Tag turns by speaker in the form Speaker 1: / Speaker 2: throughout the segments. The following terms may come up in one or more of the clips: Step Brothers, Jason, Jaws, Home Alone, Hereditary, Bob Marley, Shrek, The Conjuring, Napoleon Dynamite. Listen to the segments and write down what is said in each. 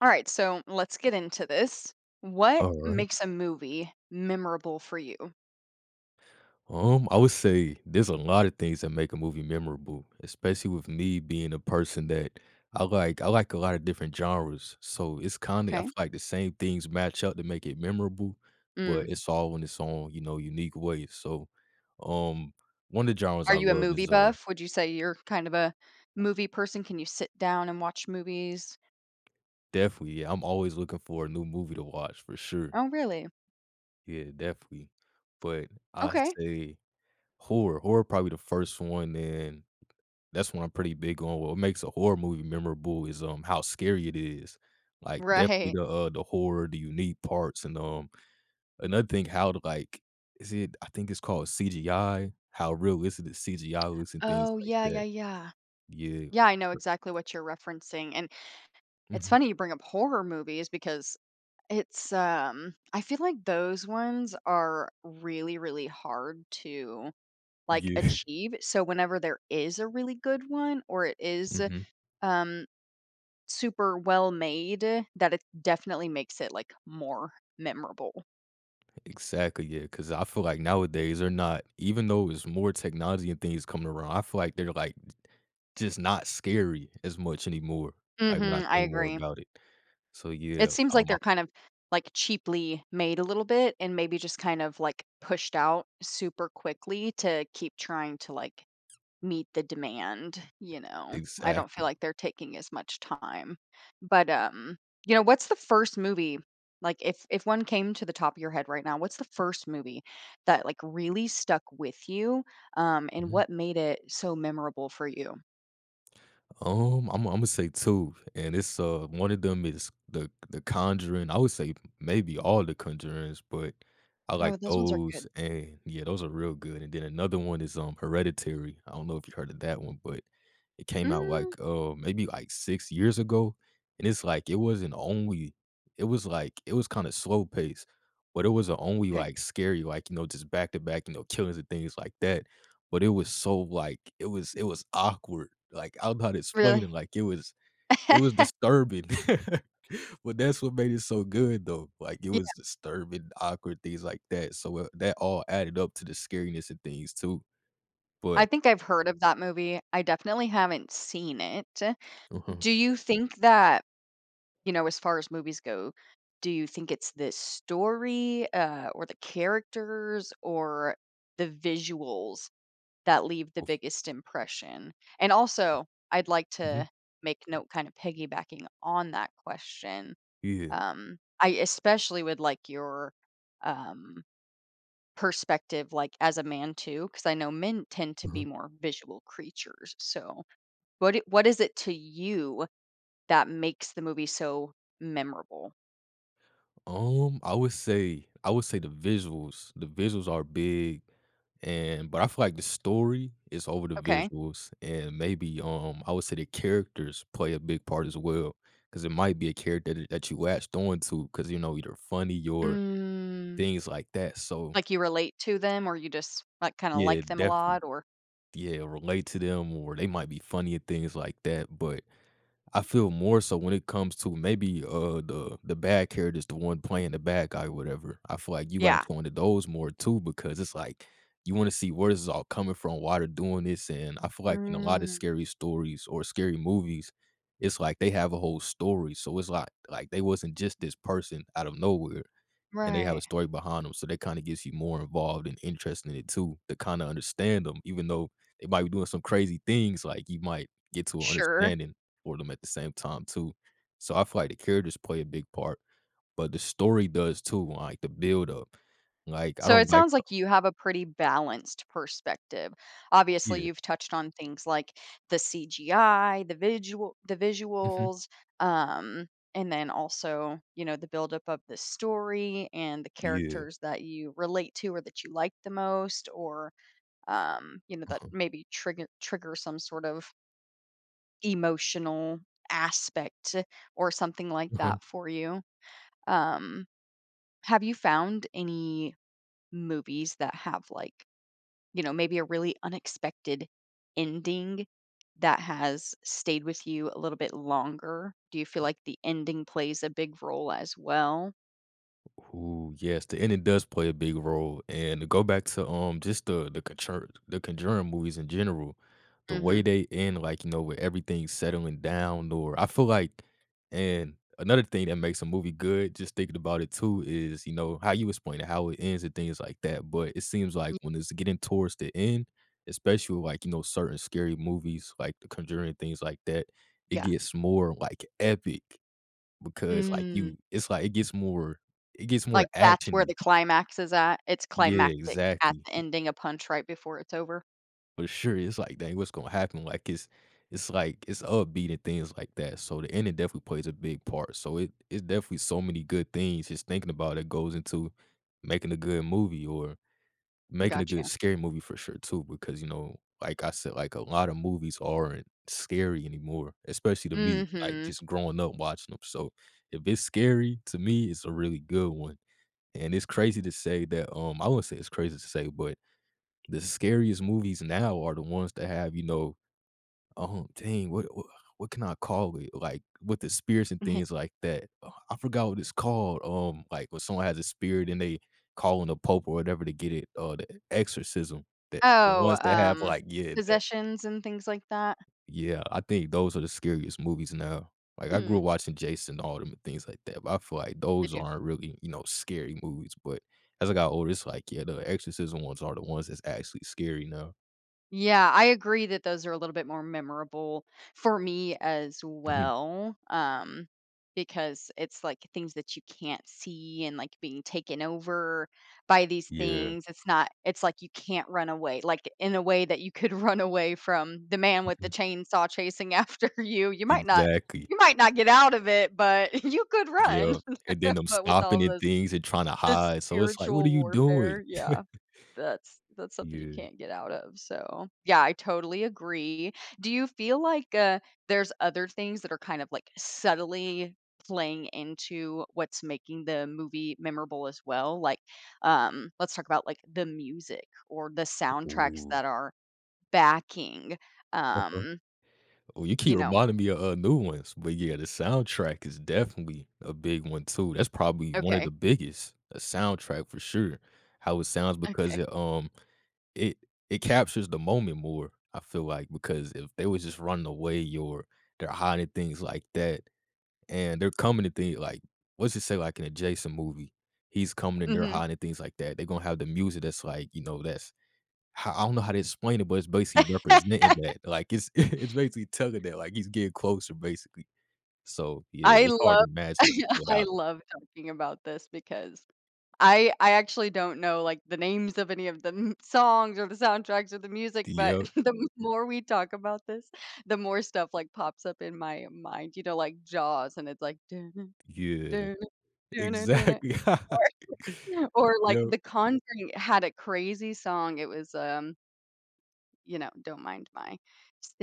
Speaker 1: All right, so let's get into this. What
Speaker 2: Alright.
Speaker 1: makes a movie memorable for you?
Speaker 2: I would say there's a lot of things that make a movie memorable, especially with me being a person that I like a lot of different genres. So it's kinda I
Speaker 1: Okay.
Speaker 2: feel like the same things match up to make it memorable, but
Speaker 1: Mm.
Speaker 2: it's all in its own, you know, unique way. So, um, one of the genres
Speaker 1: Are
Speaker 2: I
Speaker 1: you a
Speaker 2: love
Speaker 1: movie
Speaker 2: is,
Speaker 1: buff? Would you say you're kind of a movie person? Can you sit down and watch movies?
Speaker 2: definitely, yeah, I'm always looking for a new movie to watch for sure.
Speaker 1: Oh, really?
Speaker 2: Yeah, definitely. But I
Speaker 1: Okay.
Speaker 2: say horror. Horror probably the first one and that's what I'm pretty big on. What makes a horror movie memorable is, how scary it is. Like, definitely
Speaker 1: Right.
Speaker 2: the horror, the unique parts, another thing, how to, like is it I think it's called CGI, how realistic the CGI looks and things
Speaker 1: Oh,
Speaker 2: like
Speaker 1: yeah, yeah,
Speaker 2: that.
Speaker 1: yeah.
Speaker 2: Yeah.
Speaker 1: Yeah, I know exactly what you're referencing. And it's
Speaker 2: Mhm.
Speaker 1: funny you bring up horror movies because it's I feel like those ones are really hard to, like,
Speaker 2: Yeah.
Speaker 1: achieve. So whenever there is a really good one or it is,
Speaker 2: Mhm.
Speaker 1: um, super well made, that it definitely makes it, like, more memorable.
Speaker 2: Exactly. Yeah, cause I feel like nowadays they're not even though it's more technology and things coming around, I feel like they're, like, just not scary as much anymore, like, when I
Speaker 1: Mhm, I
Speaker 2: think more
Speaker 1: agree.
Speaker 2: about it. So,
Speaker 1: It
Speaker 2: yeah,
Speaker 1: seems like
Speaker 2: I
Speaker 1: they're kind of, like, cheaply made a little bit and maybe just kind of, like, pushed out super quickly to keep trying to, like, meet the demand, you know? I don't feel
Speaker 2: exactly.
Speaker 1: like they're taking as much time. But, you know, what's the first movie, like, if one came to the top of your head right now, what's the first movie that, like, really stuck with you, and
Speaker 2: Mhm.
Speaker 1: what made it so memorable for you?
Speaker 2: I'm I'ma say 2, and it's, one of them is The Conjuring. I would say maybe all The Conjurings, but I
Speaker 1: Oh,
Speaker 2: like
Speaker 1: those ones are good.
Speaker 2: those, and yeah, those are real good, and then another one is, Hereditary. I don't know if you heard of that one, but it came out,
Speaker 1: Mm.
Speaker 2: like, maybe, like, 6 years ago, and it's like it wasn't only it was like it was kinda slow paced, but it wasn't only,
Speaker 1: Okay.
Speaker 2: like, scary, like, you know, just back to back, you know, killings and things like that. But it was so, like it was awkward, like, I'm not
Speaker 1: Really?
Speaker 2: explaining, like, it was disturbing. But that's what made it so good, though, like, it
Speaker 1: Yeah,
Speaker 2: was disturbing, awkward, things like that, so, that all added up to the scariness and things too,
Speaker 1: I
Speaker 2: but
Speaker 1: think I've heard of that movie. I definitely haven't seen it.
Speaker 2: uh-huh.
Speaker 1: Do you think that, you know, as far as movies go, do you think it's the story, or the characters, or the visuals that leave the
Speaker 2: Oof.
Speaker 1: biggest impression? And also, I'd like
Speaker 2: Mhm.
Speaker 1: to make note, kind of piggybacking on that question.
Speaker 2: Yeah.
Speaker 1: I especially would like your, um, perspective, like as a man too, because I know men tend to be
Speaker 2: Uh-huh.
Speaker 1: more visual creatures. So, what is it to you that makes the movie so memorable?
Speaker 2: I would say the visuals. The visuals are big and but I feel like the story is over the
Speaker 1: Okay.
Speaker 2: visuals, and maybe, I would say the characters play a big part as well because it might be a character that you latched on to because you know, either funny or
Speaker 1: Mm,
Speaker 2: things like that, so
Speaker 1: like you relate to them or you just, like, kinda
Speaker 2: yeah,
Speaker 1: like them a
Speaker 2: definitely.
Speaker 1: lot, or
Speaker 2: Yeah, relate to them or they might be funny and things like that, but I feel more so when it comes to maybe, the bad character is the one playing the bad guy or whatever. I feel like you got to
Speaker 1: yeah.
Speaker 2: go into those more too because it's like you wanna see where this is all coming from, why they're doing this, and I feel like in a lot of
Speaker 1: Mm,
Speaker 2: scary stories or scary movies, it's like they have a whole story, so it's like they wasn't just this person out of nowhere and they have a
Speaker 1: right.
Speaker 2: story behind them, so that kinda gets you more involved and interested in it too, to kinda understand them, even though they might be doing some crazy things, like, you might get to a
Speaker 1: Sure.
Speaker 2: understanding for them at the same time too. So I feel like the characters play a big part, but the story does too, like, the build up, like, I
Speaker 1: So it
Speaker 2: don't like
Speaker 1: sounds
Speaker 2: the
Speaker 1: like you have a pretty balanced perspective. Obviously,
Speaker 2: yeah.
Speaker 1: you've touched on things like the CGI, the
Speaker 2: Mhm.
Speaker 1: visuals, um, and then also, you know, the buildup of the story and the
Speaker 2: Yeah.
Speaker 1: characters that you relate to or that you like the most, or, you know, that maybe trigger some sort of emotional aspect or something like that for you. Um, have you found any movies that have, like, you know, maybe a really unexpected ending that has stayed with you a little bit longer? Do you feel like the ending plays a big role as well?
Speaker 2: Ooh, yes, the ending does play a big role, and to go back to, just the Conjur the Conjuring movies in general, the way
Speaker 1: Mhm.
Speaker 2: they end, like, you know, with everything settling down or I feel like and another thing that makes a movie good, just thinking about it too, is, you know, how you explain it, how it ends and things like that, but it seems like when it's getting towards the end, especially with, like, you know, certain scary movies like The Conjuring, things like that, it
Speaker 1: Yeah.
Speaker 2: gets more, like, epic. Because, like,
Speaker 1: Mm,
Speaker 2: you it's like it gets more
Speaker 1: like, that's where the
Speaker 2: actiony.
Speaker 1: climax is at? It's
Speaker 2: Yeah,
Speaker 1: climactic at
Speaker 2: exactly.
Speaker 1: the ending, a punch right before it's over?
Speaker 2: For sure, it's like, "Dang, what's gonna happen?" Like, it's like it's upbeat and things like that, so the ending definitely plays a big part, so it it's definitely so many good things just thinking about it goes into making a good movie or making a
Speaker 1: Gotcha.
Speaker 2: good scary movie for sure too because, you know, like I said, like, a lot of movies aren't scary anymore, especially to me, like,
Speaker 1: Mhm.
Speaker 2: just growing up watching them. So if it's scary, to me, it's a really good one. And it's crazy to say that, I wouldn't say it's crazy to say, but the scariest movies now are the ones that have, you know, dang, what can I call it? Like with the spirits and things like that. I forgot what it's called. Like when someone has a spirit and they call on the Pope or whatever to get it, the exorcism. The
Speaker 1: Oh,
Speaker 2: ones that have like, yeah,
Speaker 1: possessions and things like that?
Speaker 2: yeah, I think those are the scariest movies now. Like, I
Speaker 1: Hmm,
Speaker 2: grew up watching Jason, all them and things like that, but I feel like
Speaker 1: they
Speaker 2: those
Speaker 1: do.
Speaker 2: aren't really, you know, scary movies, but as I got older, it's like, yeah, the exorcism ones are the ones that's actually scary now.
Speaker 1: Yeah, I agree that those are a little bit more memorable for me as
Speaker 2: Mhm.
Speaker 1: well, because it's, like, things that you can't see and, like, being taken over by these
Speaker 2: Yeah.
Speaker 1: things. It's like you can't run away, like, in a way that you could run away from the man with the
Speaker 2: Mhm.
Speaker 1: chainsaw chasing after you.
Speaker 2: Exactly.
Speaker 1: You might not get out of it, but you could run.
Speaker 2: Yeah, and then them
Speaker 1: But with
Speaker 2: stopping
Speaker 1: all
Speaker 2: and
Speaker 1: those,
Speaker 2: things and trying to
Speaker 1: the
Speaker 2: hide, so it's like, "What are
Speaker 1: spiritual
Speaker 2: you
Speaker 1: warfare,
Speaker 2: doing?"
Speaker 1: yeah. That's something you
Speaker 2: Yeah.
Speaker 1: can't get out of, so, yeah, I totally agree. Do you feel like, there's other things that are kind of, like, subtly playing into what's making the movie memorable as well? Like, let's talk about, like, the music or the soundtracks
Speaker 2: Ooh.
Speaker 1: that are backing, um,
Speaker 2: Oh, you keep
Speaker 1: you know.
Speaker 2: reminding me of, new ones, but yeah, the soundtrack is definitely a big one too. That's probably one of
Speaker 1: Okay,
Speaker 2: the biggest, a soundtrack for sure. How it sounds because
Speaker 1: okay.
Speaker 2: it, it it captures the moment more, I feel like, because if they was just running away or they're hiding things like that, and they're coming to things like what's it say, like in a Jason movie, he's coming and they're
Speaker 1: Mhm.
Speaker 2: hiding things like that. They're gonna have the music that's like, you know, that's ho I don't know how to explain it, but it's basically representing that, like, it's it's basically telling that, like, he's getting closer, basically. So, yeah,
Speaker 1: I
Speaker 2: it's hard
Speaker 1: love
Speaker 2: to imagine it
Speaker 1: I
Speaker 2: without
Speaker 1: love talking about this because I actually don't know, like, the names of any of the m songs or the soundtracks or the music, but
Speaker 2: yep,
Speaker 1: the more we talk about this, the more stuff, like, pops up in my mind, you know, like Jaws, and it's like, dun
Speaker 2: yeah,
Speaker 1: dun dun dun,
Speaker 2: exactly.
Speaker 1: or or, like,
Speaker 2: Yep,
Speaker 1: The Conjuring had a crazy song, it was, you know, don't mind my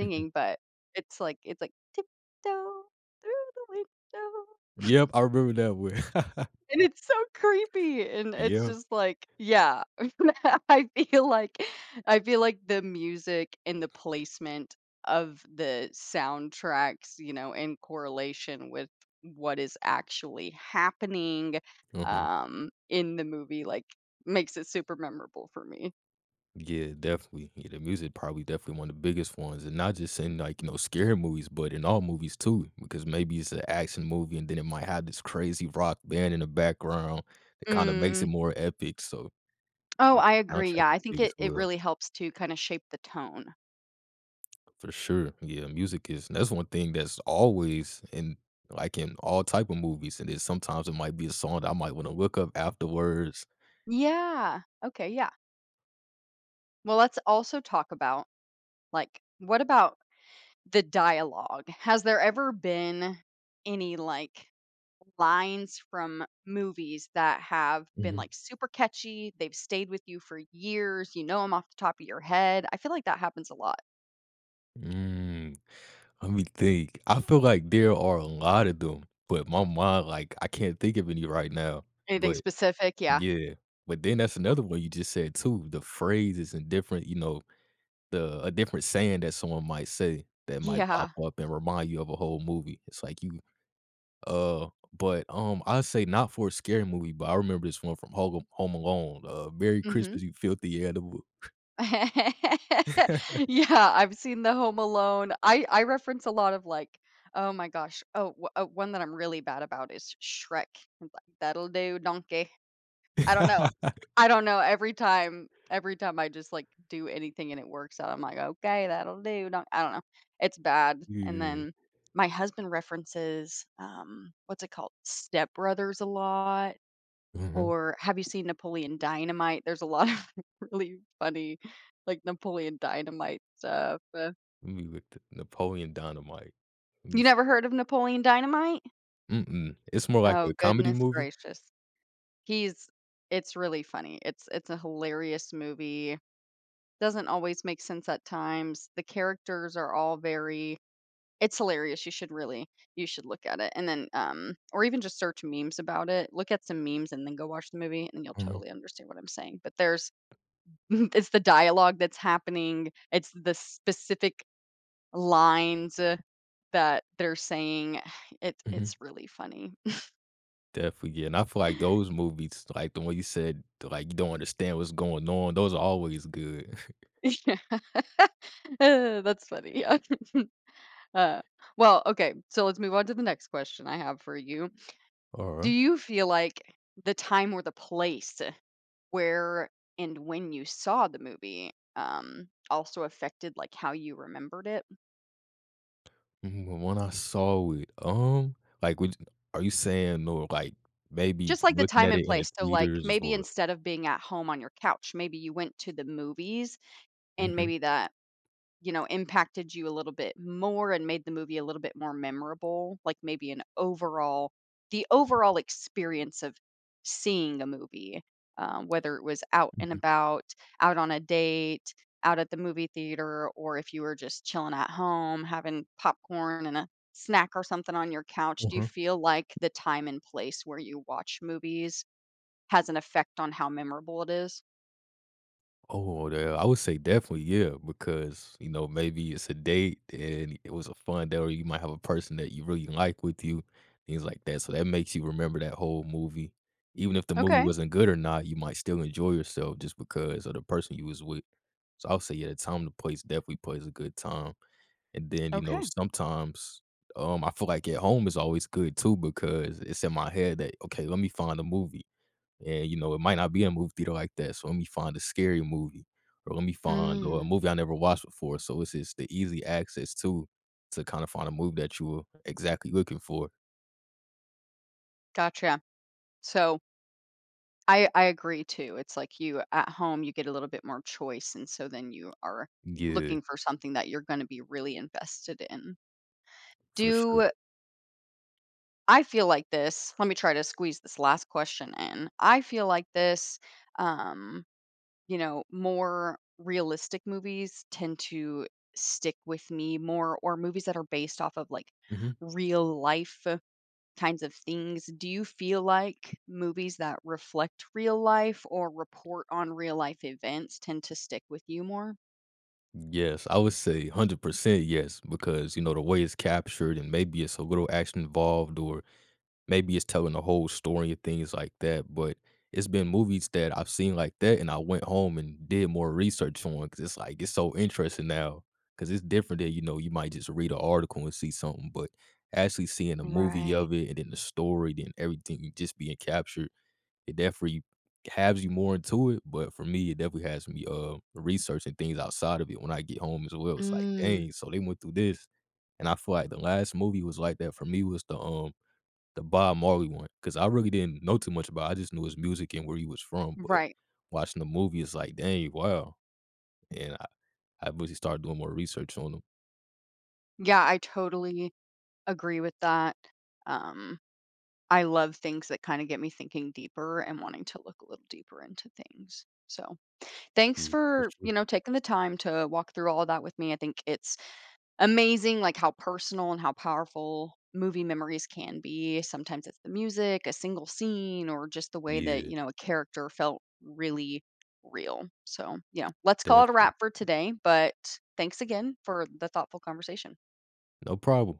Speaker 2: mhm.
Speaker 1: but it's like, "Tiptoe through the window."
Speaker 2: Yep, I remember that one.
Speaker 1: And it's so creepy, and it's
Speaker 2: Yep,
Speaker 1: just like yeah. I feel like, I feel like the music and the placement of the soundtracks, you know, in correlation with what is actually happening,
Speaker 2: mhm.
Speaker 1: in the movie, like, makes it super memorable for me.
Speaker 2: Yeah, definitely. Yeah, the music probably definitely one of the biggest ones, and not just in, like, you know, scary movies, but in all movies too, because maybe it's an action movie, and then it might have this crazy rock band in the background that kinda makes it
Speaker 1: Mm.
Speaker 2: more epic, so
Speaker 1: Oh,
Speaker 2: yeah,
Speaker 1: I agree,
Speaker 2: soundtrack
Speaker 1: yeah,
Speaker 2: is
Speaker 1: I think
Speaker 2: big as
Speaker 1: it
Speaker 2: well,
Speaker 1: really helps to kinda shape the tone.
Speaker 2: for sure. Yeah, music is that's one thing that's always in like in all type of movies, and then sometimes it might be a song that I might want to look up afterwards.
Speaker 1: Yeah. Okay, yeah. Well, let's also talk about, like, what about the dialogue. Has there ever been any, like, lines from movies that have been,
Speaker 2: Mhm.
Speaker 1: like, super catchy, they've stayed with you for years, you know them off the top of your head? I feel like that happens a lot.
Speaker 2: Mm, let me think. I feel like there are a lot of them, but my mind, like, I can't think of any right now.
Speaker 1: Anything
Speaker 2: But
Speaker 1: specific? Yeah.
Speaker 2: yeah, but then that's another one you just said too. The phrases and different, you know, the a different saying that someone might say that might
Speaker 1: Yeah.
Speaker 2: pop up and remind you of a whole movie. It's like you Uh, I say not for a scary movie, but I remember this one from Home Alone, "Merry
Speaker 1: Mhm.
Speaker 2: Christmas, you filthy animal."
Speaker 1: Yeah, I've seen the Home Alone. I reference a lot of, like, oh my gosh. Oh, o one that I'm really bad about is Shrek. It's like, "That'll do, donkey." I don't know. I don't know. Every time I just, like, do anything and it works out, I'm like, "Okay, that'll do." No I don't know. It's bad. And
Speaker 2: Yeah.
Speaker 1: then my husband references, what's it called? Step Brothers a lot,
Speaker 2: Mhm.
Speaker 1: or have you seen Napoleon Dynamite? There's a lot of really funny, like, Napoleon Dynamite stuff.
Speaker 2: Let me look th Napoleon Dynamite. Let me
Speaker 1: You never
Speaker 2: see.
Speaker 1: heard of Napoleon Dynamite?
Speaker 2: Mm-mm. It's more like
Speaker 1: Oh,
Speaker 2: a comedy
Speaker 1: goodness
Speaker 2: movie?
Speaker 1: gracious. He's it's really funny. It's a hilarious movie. Doesn't always make sense at times. The characters are all very, it's hilarious. You should really, you should look at it and then, or even just search memes about it. Look at some memes and then go watch the movie and you'll
Speaker 2: Mhm,
Speaker 1: totally understand what I'm saying. But there's it's the dialogue that's happening. It's the specific lines, that they're saying. It
Speaker 2: mhm.
Speaker 1: it's really funny.
Speaker 2: Definitely, yeah, and I feel like those movies, like the one you said, like, you don't understand what's going on, those are always good.
Speaker 1: Yeah, that's funny. Yeah. uh, well, okay. So let's move on to the next question I have for you. Do
Speaker 2: Alright.
Speaker 1: you feel like the time or the place where and when you saw the movie, also affected, like, how you remembered it?
Speaker 2: Mm, the one I saw it. Like, would are you saying or, like, maybe
Speaker 1: Just, like, the
Speaker 2: looking
Speaker 1: time
Speaker 2: at
Speaker 1: and
Speaker 2: it in the
Speaker 1: place, so, like,
Speaker 2: theaters
Speaker 1: maybe
Speaker 2: or
Speaker 1: instead of being at home on your couch, maybe you went to the movies, and
Speaker 2: mhm,
Speaker 1: maybe that, you know, impacted you a little bit more and made the movie a little bit more memorable? Like maybe an overall, the overall experience of seeing a movie, whether it was out and
Speaker 2: mhm,
Speaker 1: about, out on a date, out at the movie theater, or if you were just chilling at home, having popcorn and a snack or something on your couch. Do you
Speaker 2: uh-huh.
Speaker 1: feel like the time and place where you watch movies has an effect on how memorable it is?
Speaker 2: Oh, yeah, I would say definitely, yeah, because, you know, maybe it's a date and it was a fun day, or you might have a person that you really like with you, things like that, so that makes you remember that whole movie. Even if the movie
Speaker 1: Okay,
Speaker 2: wasn't good or not, you might still enjoy yourself just because of the person you was with. So, I'll say, yeah, the time the place definitely plays a good time, and then, you know,
Speaker 1: okay.
Speaker 2: sometimes, I feel like at home is always good too because it's in my head that, "Okay, let me find a movie." And, you know, it might not be a movie theater like that, so let me find a scary movie, or let me find or a
Speaker 1: Mm,
Speaker 2: movie I never watched before, so it's just the easy access to kinda find a movie that you were exactly looking for.
Speaker 1: gotcha. So I agree too. It's like you at home, you get a little bit more choice, and so then you are
Speaker 2: Yeah,
Speaker 1: looking for something that you're gonna be really invested in.
Speaker 2: for sure.
Speaker 1: Do I feel like this? Let me try to squeeze this last question in. I feel like this, um, you know, more realistic movies tend to stick with me more, or movies that are based off of like
Speaker 2: Mhm.
Speaker 1: real life kinds of things. Do you feel like movies that reflect real life or report on real life events tend to stick with you more?
Speaker 2: Yes, I would say 100% yes, because, you know, the way it's captured and maybe it's a little action involved or maybe it's telling the whole story and things like that, but it's been movies that I've seen like that, and I went home and did more research on because it's like, it's so interesting now because it's different than, you know, you might just read an article and see something, but actually seeing a movie
Speaker 1: Right.
Speaker 2: of it, and then the story, then everything just being captured, it definitely has you more into it, but for me, it definitely has me, researching things outside of it when I get home as well, it's like,
Speaker 1: Mm,
Speaker 2: "Dang, so they went through this," and I feel like the last movie was like that for me was the Bob Marley one, cause I really didn't know too much about it. I just knew his music and where he was from, but
Speaker 1: right.
Speaker 2: watching the movie, it's like, "Dang, wow," and I really started doing more research on him.
Speaker 1: Yeah, I totally agree with that. Um, I love things that kind of get me thinking deeper and wanting to look a little deeper into things. So, thanks
Speaker 2: Yeah, for
Speaker 1: for,
Speaker 2: sure.
Speaker 1: you know, taking the time to walk through all of that with me. I think it's amazing, like how personal and how powerful movie memories can be. Sometimes it's the music, a single scene, or just the way that,
Speaker 2: Yeah,
Speaker 1: you know, a character felt really real. So, yeah, let's call it a
Speaker 2: definitely.
Speaker 1: wrap for today. But thanks again for the thoughtful conversation.
Speaker 2: No problem.